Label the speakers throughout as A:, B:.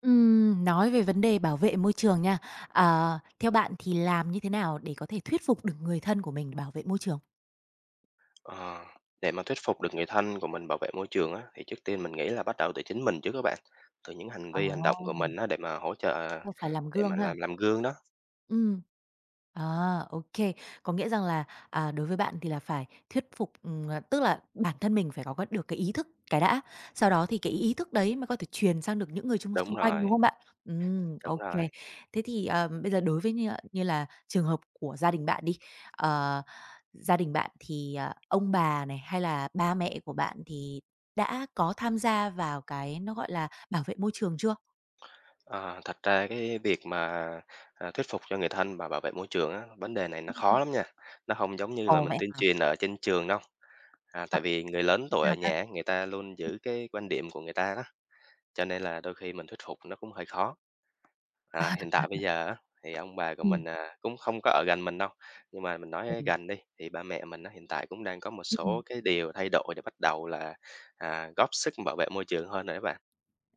A: Nói về vấn đề bảo vệ môi trường nha. Theo bạn thì làm như thế nào để có thể thuyết phục được người thân của mình bảo vệ môi trường?
B: Ờ, để mà thuyết phục được người thân của mình bảo vệ môi trường á, thì trước tiên mình nghĩ là bắt đầu từ chính mình chứ các bạn, từ những hành vi, hành động của
A: Ồ,
B: mình á, để mà hỗ trợ
A: ờ, phải làm
B: để
A: gương
B: mà
A: ha.
B: làm gương đó.
A: Ừm. À, ok. Có nghĩa rằng là, đối với bạn thì là phải thuyết phục, tức là bản thân mình phải có được cái ý thức cái đã, sau đó thì cái ý thức đấy mới có thể truyền sang được những người chung xung
B: Đúng
A: quanh, đúng
B: rồi,
A: không bạn?
B: đúng
A: Ok.
B: rồi.
A: Thế thì, bây giờ đối với như, như là trường hợp của gia đình bạn đi, ờ, gia đình bạn thì, ông bà này, hay là ba mẹ của bạn thì đã có tham gia vào cái nó, gọi là, bảo vệ môi trường chưa?
B: Ờ, thật ra cái việc mà, à, thuyết phục cho người thân và bảo vệ môi trường á, vấn đề này nó khó
A: Ừm.
B: lắm nha, nó không giống như là
A: Ồ,
B: mình
A: vậy
B: tuyên
A: hả?
B: truyền ở trên trường đâu. À,
A: Ờ,
B: tại vì người lớn
A: Như
B: tuổi ở
A: nào ta?
B: nhà người ta luôn giữ cái quan điểm của người ta đó, cho nên là đôi khi mình thuyết phục nó cũng hơi khó. À,
A: À,
B: hiện tại bây giờ á, thì ông bà của
A: ừm.
B: mình, à, cũng không có ở gần mình đâu, nhưng mà mình nói gần đi, thì ba mẹ mình á, hiện tại cũng đang có một số cái điều thay đổi để bắt đầu là, à, góp sức bảo vệ môi trường hơn rồi đó bạn.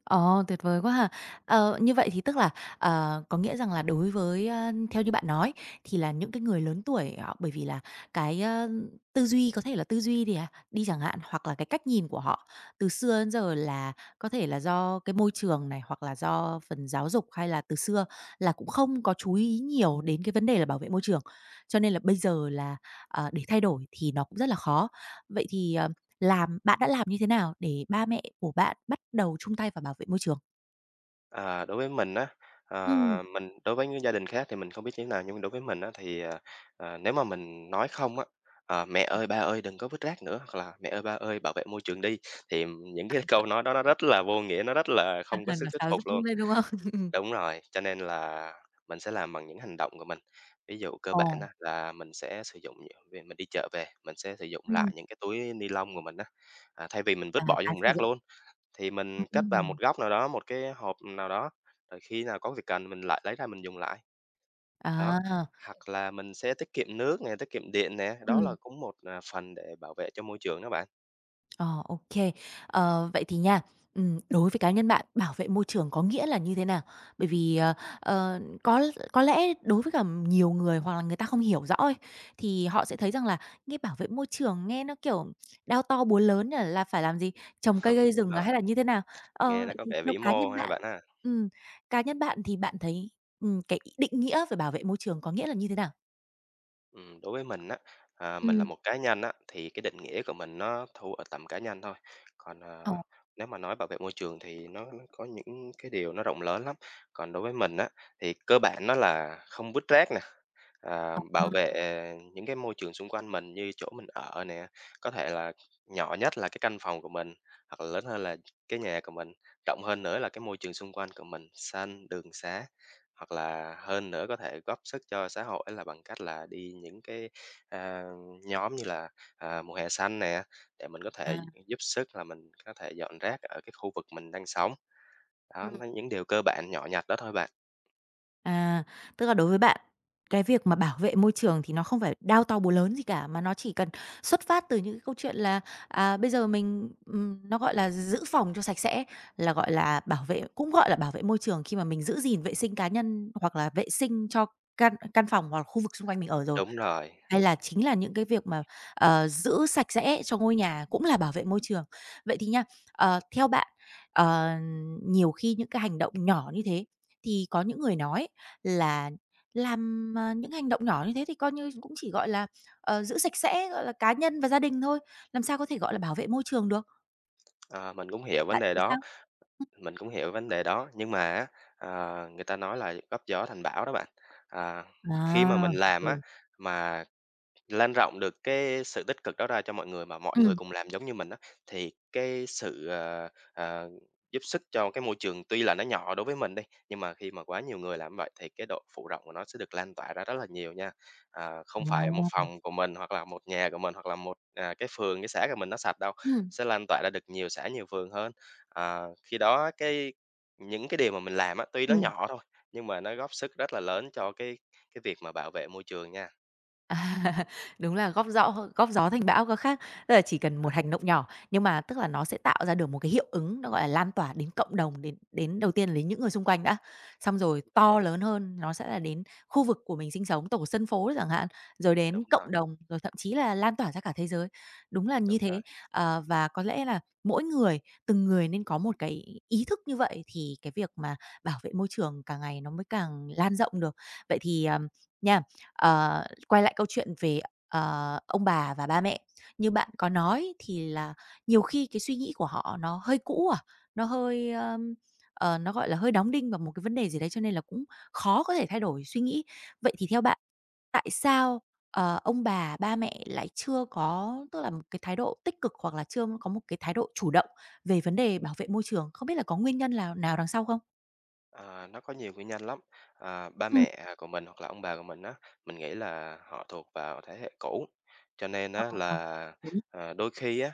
A: Ồ, tuyệt vời quá ha! Như vậy thì tức là, có nghĩa rằng là đối với, theo như bạn nói thì là những cái người lớn tuổi họ bởi vì là cái, tư duy có thể là tư duy thì đi chẳng hạn, hoặc là cái cách nhìn của họ từ xưa đến giờ là có thể là do cái môi trường này, hoặc là do phần giáo dục, hay là từ xưa là cũng không có chú ý nhiều đến cái vấn đề là bảo vệ môi trường. Cho nên là bây giờ là, để thay đổi thì nó cũng rất là khó. Vậy thì, làm bạn đã làm như thế nào để ba mẹ của bạn bắt đầu chung tay vào bảo vệ môi trường?
B: Ờ, đối với mình á,
A: Ừm.
B: ờ, mình đối với những gia đình khác thì mình không biết như thế nào, nhưng đối với mình á, thì, ờ, ờ, nếu mà mình nói không á, ờ, "Mẹ
A: Ờ.
B: ơi, ba ơi, đừng có vứt rác nữa", hoặc là "Mẹ ơi, ba ơi, bảo vệ môi trường đi", thì những cái câu nói đó nó rất là vô nghĩa, nó rất là
A: À,
B: không có
A: à,
B: sức
A: nó
B: thuyết
A: sáo
B: phục
A: rỗng
B: luôn.
A: đấy, đúng không?
B: Đúng rồi, cho nên là mình sẽ làm bằng những hành động của mình. Ví dụ cơ bản
A: Ồ.
B: á là mình sẽ sử dụng vì mình đi chợ về, mình sẽ sử dụng
A: Ừm.
B: lại những cái túi ni lông của mình á, à, thay vì mình
A: À,
B: vứt bỏ vô
A: tái
B: thùng
A: sử
B: rác
A: dụng.
B: luôn, thì mình cất vào
A: Ừm.
B: một góc nào đó, một cái hộp nào đó, rồi khi nào có việc cần mình lại lấy ra mình dùng lại, đó.
A: À.
B: Hoặc là mình sẽ tiết kiệm nước nè, tiết kiệm điện nè, đó
A: Ừm.
B: là cũng một, à, phần để bảo vệ cho môi trường đó bạn.
A: Ờ, ok. Vậy thì nha, đối với cá nhân bạn, bảo vệ môi trường có nghĩa là như thế nào? Bởi vì, có lẽ đối với cả nhiều người hoặc là người ta không hiểu rõ ấy, thì họ sẽ thấy rằng là nghe bảo vệ môi trường nghe nó, kiểu, đao to búa lớn là phải làm gì, trồng cây gây
B: Đúng
A: rừng,
B: rồi,
A: hay là như thế nào?
B: nghe nó
A: Vậy
B: có
A: thì
B: vẻ
A: theo
B: vĩ mô ha bạn ha.
A: ừm, cá nhân bạn thì bạn thấy, cái định nghĩa về bảo vệ môi trường có nghĩa là như thế nào?
B: Đối với mình á, à, mình là
A: Ừm.
B: một cá nhân á, thì cái định nghĩa của mình nó thu ở tầm cá nhân thôi. Còn,
A: Ờ,
B: à, nếu mà nói bảo vệ môi trường thì nó có những cái điều nó rộng lớn lắm. Còn đối với mình á, thì cơ bản nó là không vứt rác nè, à, bảo
A: à,
B: vệ à, những cái môi trường xung quanh mình như chỗ mình ở nè, có thể là nhỏ nhất là cái căn phòng của mình, hoặc là lớn hơn là cái nhà của mình, rộng hơn nữa là cái môi trường xung quanh của mình, xanh, đường xá, hoặc là hơn nữa có thể góp sức cho xã hội là bằng cách là đi những cái, à, nhóm như là, à, mùa hè xanh nè, để mình có thể
A: à,
B: giúp sức là mình có thể dọn rác ở cái khu vực mình đang sống. Đó, nó những điều cơ bản nhỏ nhặt đó thôi bạn.
A: À, Tức là đối với bạn, cái việc mà bảo vệ môi trường thì nó không phải đao to búa lớn gì cả, mà nó chỉ cần xuất phát từ những cái câu chuyện là, bây giờ mình, nó gọi là giữ phòng cho sạch sẽ, là, gọi là, bảo vệ cũng gọi là bảo vệ môi trường khi mà mình giữ gìn vệ sinh cá nhân hoặc là vệ sinh cho căn căn phòng hoặc là khu vực xung quanh mình ở rồi.
B: Đúng rồi,
A: Hay là chính là những cái việc mà, giữ sạch sẽ cho ngôi nhà cũng là bảo vệ môi trường. Vậy thì nha, theo bạn, ờ, nhiều khi những cái hành động nhỏ như thế thì có những người nói là làm, những hành động nhỏ như thế thì coi như cũng chỉ, gọi là, giữ sạch sẽ, gọi là, cá nhân và gia đình thôi, làm sao có thể gọi là bảo vệ môi trường được?
B: ờ, mình cũng hiểu vấn
A: Bạn
B: đề
A: thấy sao?
B: đó.
A: Ừ.
B: Mình cũng hiểu vấn đề đó, nhưng mà á, ờ, người ta nói là góp gió thành bão đó bạn. À, khi mà
A: À,
B: mình
A: tuyệt
B: làm á,
A: vời.
B: mà lan rộng được cái sự tích cực đó ra cho mọi người mà mọi người
A: Ừm.
B: cùng làm giống như mình á, thì cái sự, ờ, ờ, giúp sức cho cái môi trường tuy là nó nhỏ đối với mình đi, nhưng mà khi mà quá nhiều người làm vậy thì cái độ phủ rộng của nó sẽ được lan tỏa ra rất là nhiều nha. À, không phải một
A: Ồ.
B: phòng của mình hoặc là một nhà của mình hoặc là một, à, cái phường, cái xã của mình nó sạch đâu,
A: Ừm,
B: sẽ lan tỏa ra được nhiều xã, nhiều phường hơn. À, khi đó những cái điều mà mình làm á, tuy nó
A: ừm.
B: nhỏ thôi, nhưng mà nó góp sức rất là lớn cho cái việc mà bảo vệ môi trường nha.
A: À, đúng là góp gió thành bão có khác, tức là chỉ
B: Đúng
A: cần
B: rồi,
A: một hành động nhỏ, nhưng mà tức là nó sẽ tạo ra được một cái hiệu ứng nó, gọi là, lan tỏa đến cộng đồng, đến đến đầu tiên là đến những người xung quanh đã, xong rồi
B: đúng.
A: to lớn hơn nó sẽ là đến khu vực của mình sinh sống, tổ dân phố chẳng hạn, rồi đến
B: Đúng rồi,
A: cộng đồng, rồi thậm chí là lan tỏa ra cả thế giới. Đúng là như
B: đúng
A: thế,
B: rồi.
A: và có lẽ là mỗi người, từng người nên có một cái ý thức như vậy thì cái việc mà bảo vệ môi trường càng ngày nó mới càng lan rộng được. Vậy thì, nha. Quay lại câu chuyện về, ông bà và ba mẹ, như bạn có nói thì là nhiều khi cái suy nghĩ của họ nó hơi cũ à, nó hơi, nó, gọi là, hơi đóng đinh vào một cái vấn đề gì đấy, cho nên là cũng khó có thể thay đổi suy nghĩ. Vậy thì theo bạn, tại sao, ông bà, ba mẹ lại chưa có tức là một cái thái độ tích cực hoặc là chưa có một cái thái độ chủ động về vấn đề bảo vệ môi trường? Không biết là có nguyên nhân lào nào đằng sau không?
B: Ờ, nó có nhiều nguyên nhân lắm. À, ba
A: Ừm,
B: mẹ của mình hoặc là ông bà của mình á, mình nghĩ là họ thuộc vào thế hệ cũ, cho nên
A: ờ,
B: á
A: ờ,
B: là,
A: đúng,
B: ờ, đôi khi á,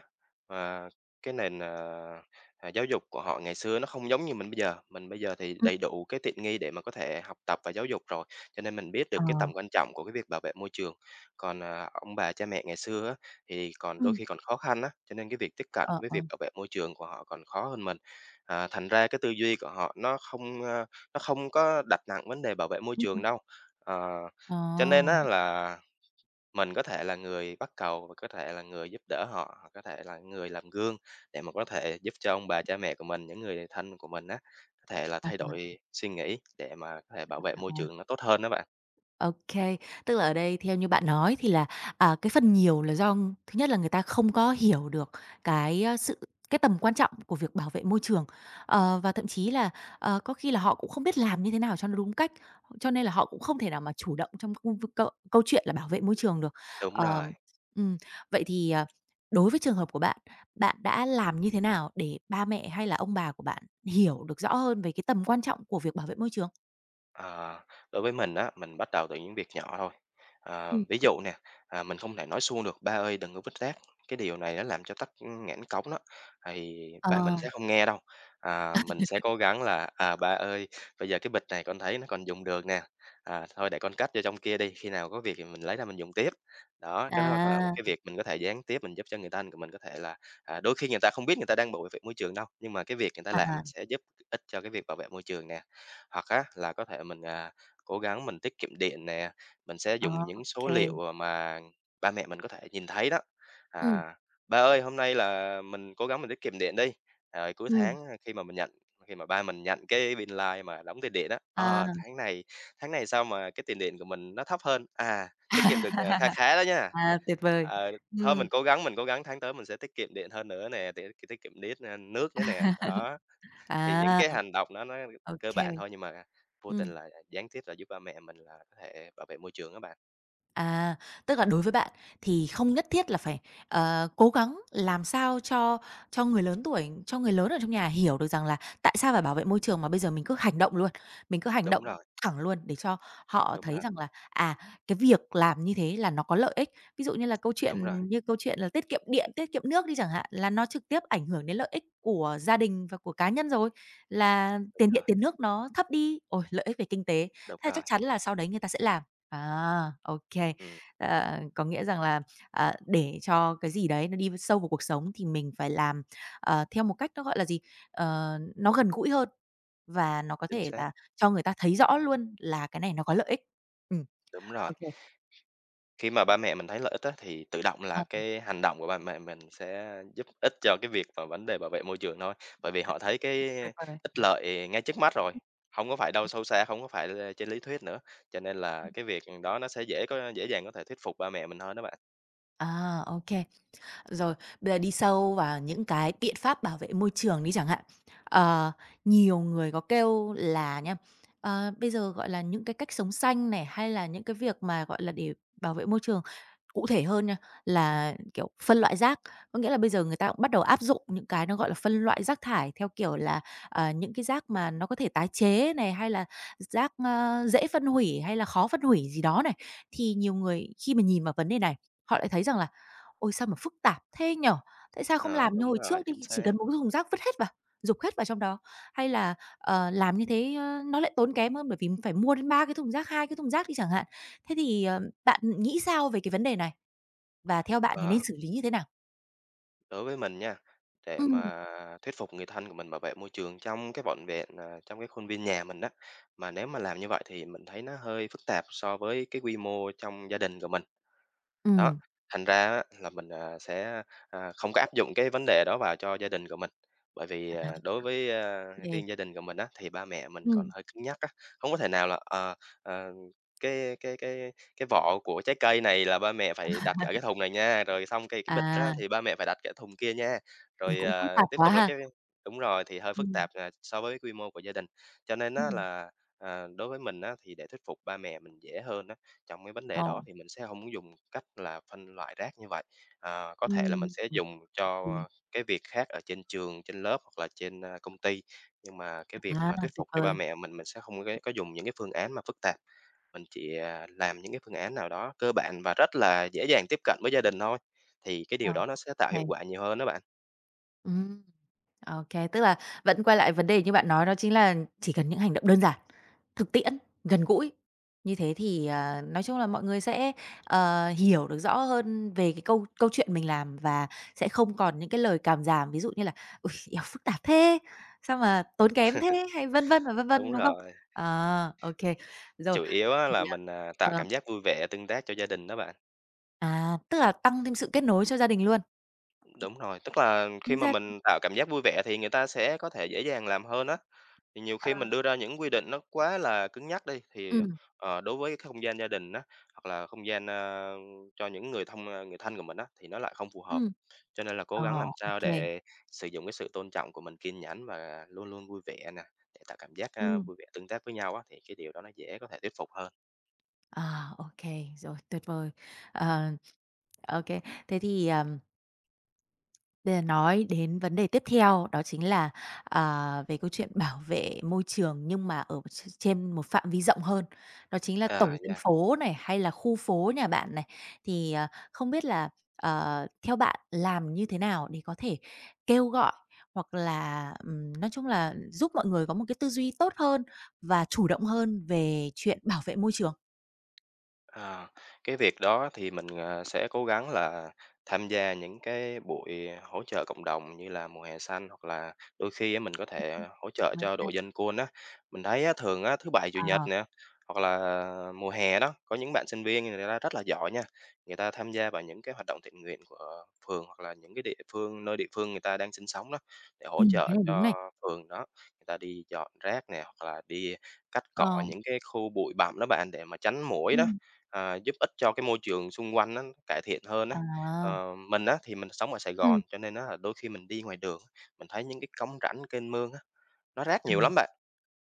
B: ờ, cái nền, ờ, à, giáo dục của họ ngày xưa nó không giống như mình bây giờ. Mình bây giờ thì
A: ừm.
B: đầy đủ cái tiện nghi để mà có thể học tập và giáo dục rồi, cho nên mình biết được
A: Ờ.
B: cái tầm quan trọng của cái việc bảo vệ môi trường. Còn, à, ông bà cha mẹ ngày xưa á, thì còn đôi
A: Ừm.
B: khi còn khó khăn á, cho nên cái việc tiếp cận
A: Ờ,
B: với
A: ờ.
B: việc bảo vệ môi trường của họ còn khó hơn mình. À, thành ra cái tư duy của họ nó không có đặt nặng vấn đề bảo vệ môi trường đâu. Ờ,
A: Ờ,
B: cho nên á là mình có thể là người bắt cầu và có thể là người giúp đỡ họ, hoặc có thể là người làm gương để mà có thể giúp cho ông bà cha mẹ của mình, những người thân của mình á, có thể là
A: à, à,
B: thay đổi suy nghĩ để mà có thể bảo vệ
A: à,
B: môi
A: à.
B: trường nó tốt hơn đó bạn.
A: Ô, tức là ở đây theo như bạn nói thì là, cái phần nhiều là do thứ nhất là người ta không có hiểu được cái, sự cái tầm quan trọng của việc bảo vệ môi trường, và thậm chí là, có khi là họ cũng không biết làm như thế nào cho nó đúng cách, cho nên là họ cũng không thể nào mà chủ động trong công câu câu chuyện là bảo vệ môi trường được.
B: Đúng
A: Ờm,
B: rồi.
A: ừm, Vậy thì, đối với trường hợp của bạn, bạn đã làm như thế nào để ba mẹ hay là ông bà của bạn hiểu được rõ hơn về cái tầm quan trọng của việc bảo vệ môi trường?
B: Ờ, đối với mình á, mình bắt đầu từ những việc nhỏ thôi. Ờ, ví dụ nè, à, mình không thể nói suông được: "Ba ơi, đừng có vứt rác." Cái điều này nó làm cho tắc nghẽn cống đó, thì
A: Ờ,
B: ba mình sẽ không nghe đâu. À, mình sẽ cố gắng là "À, ba ơi, bây giờ cái bịch này con thấy nó còn dùng được nè, à, thôi để con cất vô trong kia đi, khi nào có việc thì mình lấy ra mình dùng tiếp." Đó, cái đó có là một
A: à,
B: cái việc mình có thể gián tiếp mình giúp cho người ta, mình có thể là à, đôi khi người ta không biết người ta đang bảo vệ môi trường đâu, nhưng mà cái việc người ta làm á,
A: à,
B: sẽ giúp ích cho cái việc bảo vệ môi trường nè. Hoặc á là có thể mình, à, cố gắng mình tiết kiệm điện nè, mình sẽ
A: ờ,
B: dùng
A: ô
B: những số
A: kê.
B: liệu, ờ, mà ba mẹ mình có thể nhìn thấy đó.
A: Ừm,
B: À, "Ba ơi, hôm nay là mình cố gắng mình tiết kiệm điện đi." Rồi cuối
A: ừm,
B: tháng à, khi mà ba mình nhận cái bill line mà đóng tiền điện đó
A: à.
B: "Ờ, tháng này sao mà cái tiền điện của mình nó thấp hơn? À, tiết kiệm được, ờ, kha khá đó nha.
A: À, tuyệt vời.
B: Ờ, thôi
A: Ừm,
B: mình cố gắng tháng tới mình sẽ tiết kiệm điện hơn nữa nè, tiết tiết kiệm điện nước nữa nè." Đó. Thì những
A: à,
B: cái hành động đó nó
A: ô.
B: cơ bản thôi nhưng mà à, vô tình
A: Ừm.
B: là gián tiếp là giúp ba mẹ mình là có thể bảo vệ môi trường á bạn.
A: À, tức là đối với bạn thì không nhất thiết là phải, cố gắng làm sao cho người lớn tuổi, cho người lớn ở trong nhà hiểu được rằng là tại sao phải bảo vệ môi trường mà bây giờ mình cứ hành động luôn, mình cứ hành động
B: Đúng rồi,
A: thẳng luôn để cho họ
B: đúng
A: thấy
B: rồi,
A: rằng là, cái việc làm như thế là nó có lợi ích. Ví dụ như là câu chuyện
B: đúng rồi,
A: như câu chuyện là tiết kiệm điện, tiết kiệm nước đi chẳng hạn, là nó trực tiếp ảnh hưởng đến lợi ích của gia đình và của cá nhân rồi, là
B: đúng
A: tiền điện,
B: rồi,
A: tiền nước nó thấp đi, ôi, lợi ích về kinh tế,
B: đúng
A: thế là chắc
B: rồi.
A: chắn là sau đấy người ta sẽ làm. À, ok.
B: Ừm,
A: Có nghĩa rằng là, để cho cái gì đấy nó đi sâu vào cuộc sống thì mình phải làm, theo một cách nó, gọi là gì, nó gần gũi hơn và nó có
B: chính
A: thể
B: xác,
A: là cho người ta thấy rõ luôn là cái này nó có lợi ích. Ừ,
B: đúng rồi.
A: ok.
B: Khi mà ba mẹ mình thấy lợi ích á, thì tự động
A: À,
B: là cái hành động của ba mẹ mình sẽ giúp ích cho cái việc và vấn đề bảo vệ môi trường thôi. Bởi vì họ thấy cái
A: tuyệt vời.
B: ích lợi ngay trước mắt rồi, không có phải đâu sâu xa, không có phải là trên lý thuyết nữa, cho nên là cái việc đó nó sẽ dễ dàng có thể thuyết phục ba mẹ mình hơn đó bạn.
A: À, ô. Rồi, bây giờ đi sâu vào những cái biện pháp bảo vệ môi trường đi chẳng hạn. Ờ, Nhiều người có kêu là nha, bây giờ, gọi là, những cái cách sống xanh này, hay là những cái việc mà, gọi là, để bảo vệ môi trường, cụ thể hơn nha, là, kiểu, phân loại rác. Có nghĩa là bây giờ người ta cũng bắt đầu áp dụng những cái nó, gọi là, phân loại rác thải theo kiểu là, những cái rác mà nó có thể tái chế này, hay là rác, dễ phân hủy hay là khó phân hủy gì đó này. Thì nhiều người khi mà nhìn vào vấn đề này, họ lại thấy rằng là: "Ôi, sao mà phức tạp thế nhỉ? Tại sao không
B: Ờ,
A: làm như
B: đúng
A: hồi trước
B: rồi,
A: đi,
B: chính
A: chỉ
B: xác.
A: cần một cái thùng rác vứt hết vào, dục hết vào trong đó? Hay là, làm như thế, nó lại tốn kém hơn bởi vì phải mua đến 3 cái thùng rác, 2 cái thùng rác đi chẳng hạn." Thế thì, bạn nghĩ sao về cái vấn đề này? Và theo bạn thì nên
B: Ờ.
A: xử lý như thế nào?
B: Đối với mình nha, để
A: Ừm,
B: mà thuyết phục người thân của mình bảo vệ môi trường trong cái vỏn vẹn, à, trong cái khuôn viên nhà mình đó mà nếu mà làm như vậy thì mình thấy nó hơi phức tạp so với cái quy mô trong gia đình của mình. Đó,
A: Ừm,
B: thành ra á là mình, à, sẽ, à, không có áp dụng cái vấn đề đó vào cho gia đình của mình. Bởi vì,
A: à,
B: à, đối với,
A: ô kê.
B: riêng gia đình của mình á, thì ba mẹ mình còn
A: Ừm.
B: hơi cứng nhắc á, không có thể nào là, ờ, ờ, cái cái cái cái vỏ của trái cây này là ba mẹ phải đặt ở cái thùng này nha, rồi xong cái bịch á
A: À,
B: thì ba mẹ phải đặt ở thùng kia nha.
A: mình
B: Rồi,
A: cũng phức
B: à,
A: tạp
B: tiếp
A: quá
B: tục là
A: ha.
B: cái đúng rồi, thì hơi phức
A: Ừm,
B: tạp, à, so với quy mô của gia đình. Cho nên á
A: Ừm.
B: là, đối với mình á thì để thuyết phục ba mẹ mình dễ hơn á, trong cái vấn đề
A: Ồ.
B: đó thì mình sẽ không có dùng cách là phân loại rác như vậy. Có thể là
A: Ừm.
B: mình sẽ
A: Ô
B: dùng cho
A: kê.
B: cái việc khác ở trên trường, trên lớp hoặc là trên, công ty, nhưng mà cái việc
A: À,
B: mà thuyết
A: tuyệt
B: phục cho ba
A: vời.
B: mẹ mình sẽ không có dùng những cái phương án mà phức tạp. Mình chỉ, làm những cái phương án nào đó cơ bản và rất là dễ dàng tiếp cận với gia đình thôi, thì cái điều
A: Ờ,
B: đó nó sẽ tạo hiệu
A: hay.
B: quả nhiều hơn đó bạn.
A: Ừm. Ô, tức là vẫn quay lại vấn đề như bạn nói đó chính là chỉ cần những hành động đơn giản, thực tiễn, gần gũi. Như thế thì, nói chung là mọi người sẽ, hiểu được rõ hơn về cái câu câu chuyện mình làm và sẽ không còn những cái lời càm ràm, ví dụ như là "Ôi, eo, phức tạp thế, sao mà tốn kém thế?" hay vân vân và vân
B: Đúng
A: vân, đúng không?
B: rồi.
A: Ờ, ô. Rồi,
B: Chủ yếu
A: vậy
B: á
A: thì,
B: là mình, tạo
A: ờ, ờ,
B: cảm giác vui vẻ, tương tác cho gia đình đó bạn.
A: tức là tăng thêm sự kết nối cho gia đình luôn.
B: Đúng rồi, tức là
A: Chính
B: khi mà
A: ra.
B: mình tạo cảm giác vui vẻ thì người ta sẽ có thể dễ dàng làm hơn á. Thì nhiều
A: Ờ.
B: khi mình đưa ra những quy định nó quá là cứng nhắc đi, thì,
A: Ừm.
B: đối với cái không gian gia đình á, hoặc là không gian, cho những người người thân của mình á, thì nó lại không phù hợp.
A: Ừm.
B: Cho nên là cố
A: Ờ.
B: gắng làm
A: Ô.
B: sao để sử dụng cái sự tôn trọng của mình, kiên nhẫn và luôn luôn vui vẻ nè, để tạo cảm giác,
A: Ừm.
B: vui vẻ tương tác với nhau á, thì cái điều đó nó dễ có thể thuyết phục hơn.
A: À, ok rồi, tuyệt vời. Ờ, ô Thế thì, bây giờ nói đến vấn đề tiếp theo đó chính là, về câu chuyện bảo vệ môi trường nhưng mà ở trên một phạm vi rộng hơn, đó chính là tổ
B: À,
A: dân
B: yeah.
A: phố này, hay là khu phố nhà bạn này. Thì, không biết là, theo bạn làm như thế nào để có thể kêu gọi hoặc là, nói chung là giúp mọi người có một cái tư duy tốt hơn và chủ động hơn về chuyện bảo vệ môi trường?
B: À, cái việc đó thì mình, sẽ cố gắng là tham gia những cái buổi hỗ trợ cộng đồng như là mùa hè xanh, hoặc là đôi khi á mình có
A: Ừm,
B: thể hỗ trợ
A: ngoài
B: cho
A: ra.
B: đội dân quân á. Mình thấy á, thường á, thứ Bảy, Chủ
A: Ờ,
B: nhật nè, hoặc là mùa hè đó, có những bạn sinh viên người ta rất là giỏi nha, người ta tham gia vào những cái hoạt động thiện nguyện của phường hoặc là những cái địa phương nơi địa phương người ta đang sinh sống đó, để hỗ
A: cái
B: trợ
A: này đúng này.
B: cho phường đó. Người ta đi dọn rác nè, hoặc là đi cắt
A: Ờ.
B: cỏ những cái khu bụi bặm đó bạn, để mà tránh muỗi đó.
A: Ừm.
B: Giúp ích cho cái môi trường xung quanh nó cải thiện hơn á.
A: À.
B: Mình á thì mình sống ở Sài
A: Ừm.
B: Gòn, cho nên á là đôi khi mình đi ngoài đường, mình thấy những cái cống rãnh, kênh mương á, nó rác
A: à,
B: nhiều lắm bạn.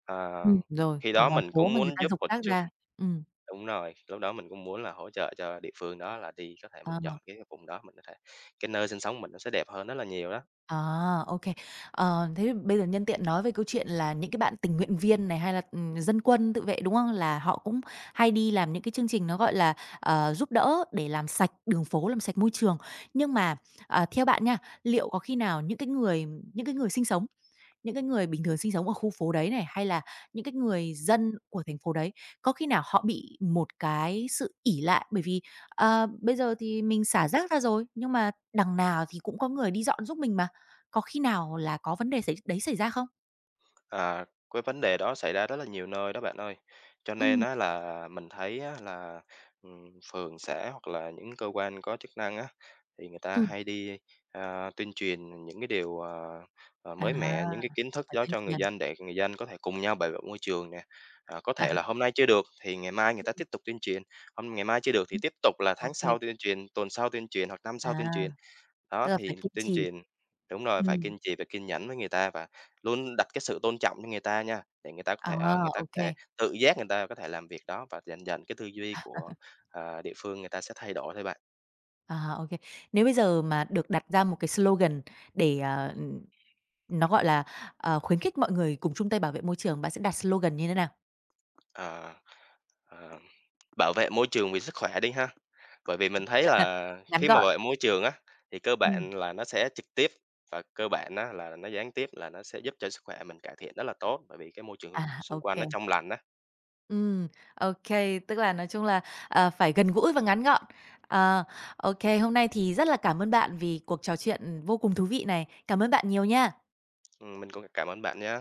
B: Ờ,
A: Rồi,
B: Khi
A: ở
B: đó
A: ngoài
B: mình
A: phố
B: cũng
A: mà người
B: muốn
A: ta
B: giúp
A: giục
B: một
A: rác
B: chút
A: ra. Ừm,
B: đúng rồi, lúc đó mình cũng muốn là hỗ trợ cho địa phương đó là đi có thể
A: ờ,
B: mình dọn cái vùng đó, mình có thể cái nơi sinh sống mình nó sẽ đẹp hơn rất là nhiều đó.
A: à, ô kê. Thế thì bây giờ nhân tiện nói về câu chuyện là những cái bạn tình nguyện viên này, hay là, dân quân tự vệ, đúng không? Là họ cũng hay đi làm những cái chương trình nó, gọi là, giúp đỡ để làm sạch đường phố, làm sạch môi trường. Nhưng mà, theo bạn nha, liệu có khi nào những cái người sinh sống. Những cái người bình thường sinh sống ở khu phố đấy này, hay là những cái người dân của thành phố đấy, có khi nào họ bị một cái sự ỷ lại bởi vì, bây giờ thì mình xả rác ra rồi, nhưng mà đằng nào thì cũng có người đi dọn giúp mình mà, có khi nào là có vấn đề xảy ra không?
B: À, cái vấn đề đó xảy ra rất là nhiều nơi đó bạn ơi. Cho nên
A: Ừm,
B: á là mình thấy á là, phường xã hoặc là những cơ quan có chức năng á, thì người ta
A: ừm,
B: hay đi, tuyên truyền những cái điều,
A: à,
B: mới mẻ, những cái kiến thức
A: phải
B: đó
A: tuyên
B: cho người
A: truyền,
B: dân để người dân có thể cùng nhau bảo vệ môi trường nè. Có
A: à,
B: thể là hôm nay chưa được thì ngày mai người ta
A: ừm,
B: tiếp tục tuyên truyền, hôm ngày mai chưa được thì
A: ừm,
B: tiếp tục là
A: ô
B: tháng
A: kê,
B: sau tuyên truyền, tuần sau tuyên truyền hoặc năm
A: à,
B: sau tuyên truyền.
A: tức
B: Đó,
A: là phải
B: thì
A: kiên
B: tuyên
A: trì,
B: truyền đúng rồi, phải
A: ừm,
B: kiên trì và kiên nhẫn với người ta và luôn đặt cái sự tôn trọng cho người ta nha, để người ta có
A: à,
B: thể, người ta
A: ô
B: có
A: kê.
B: thể tự giác người ta có thể làm việc đó và dần dần cái tư duy của, địa phương người ta sẽ thay đổi thôi bạn.
A: À, ok. Nếu bây giờ mà được đặt ra một cái slogan để, nó, gọi là, khuyến khích mọi người cùng chung tay bảo vệ môi trường, bạn sẽ đặt slogan như thế nào?
B: Ờ, ờ, Bảo vệ môi trường vì sức khỏe đi ha, bởi vì mình thấy là
A: Ngắn
B: khi mà
A: gọn,
B: bảo vệ môi trường á, thì cơ
A: ừm.
B: bản là nó sẽ trực tiếp và cơ bản á là nó gián tiếp là nó sẽ giúp cho sức khỏe mình cải thiện rất là tốt, bởi vì cái môi trường
A: À,
B: xung
A: ô
B: quanh
A: kê.
B: nó trong lành á.
A: Ừm, ok. Tức là nói chung là, phải gần gũi và ngắn gọn. Ờ, ok, hôm nay thì rất là cảm ơn bạn vì cuộc trò chuyện vô cùng thú vị này. Cảm ơn bạn nhiều nha.
B: Mình cũng cảm ơn bạn nhé.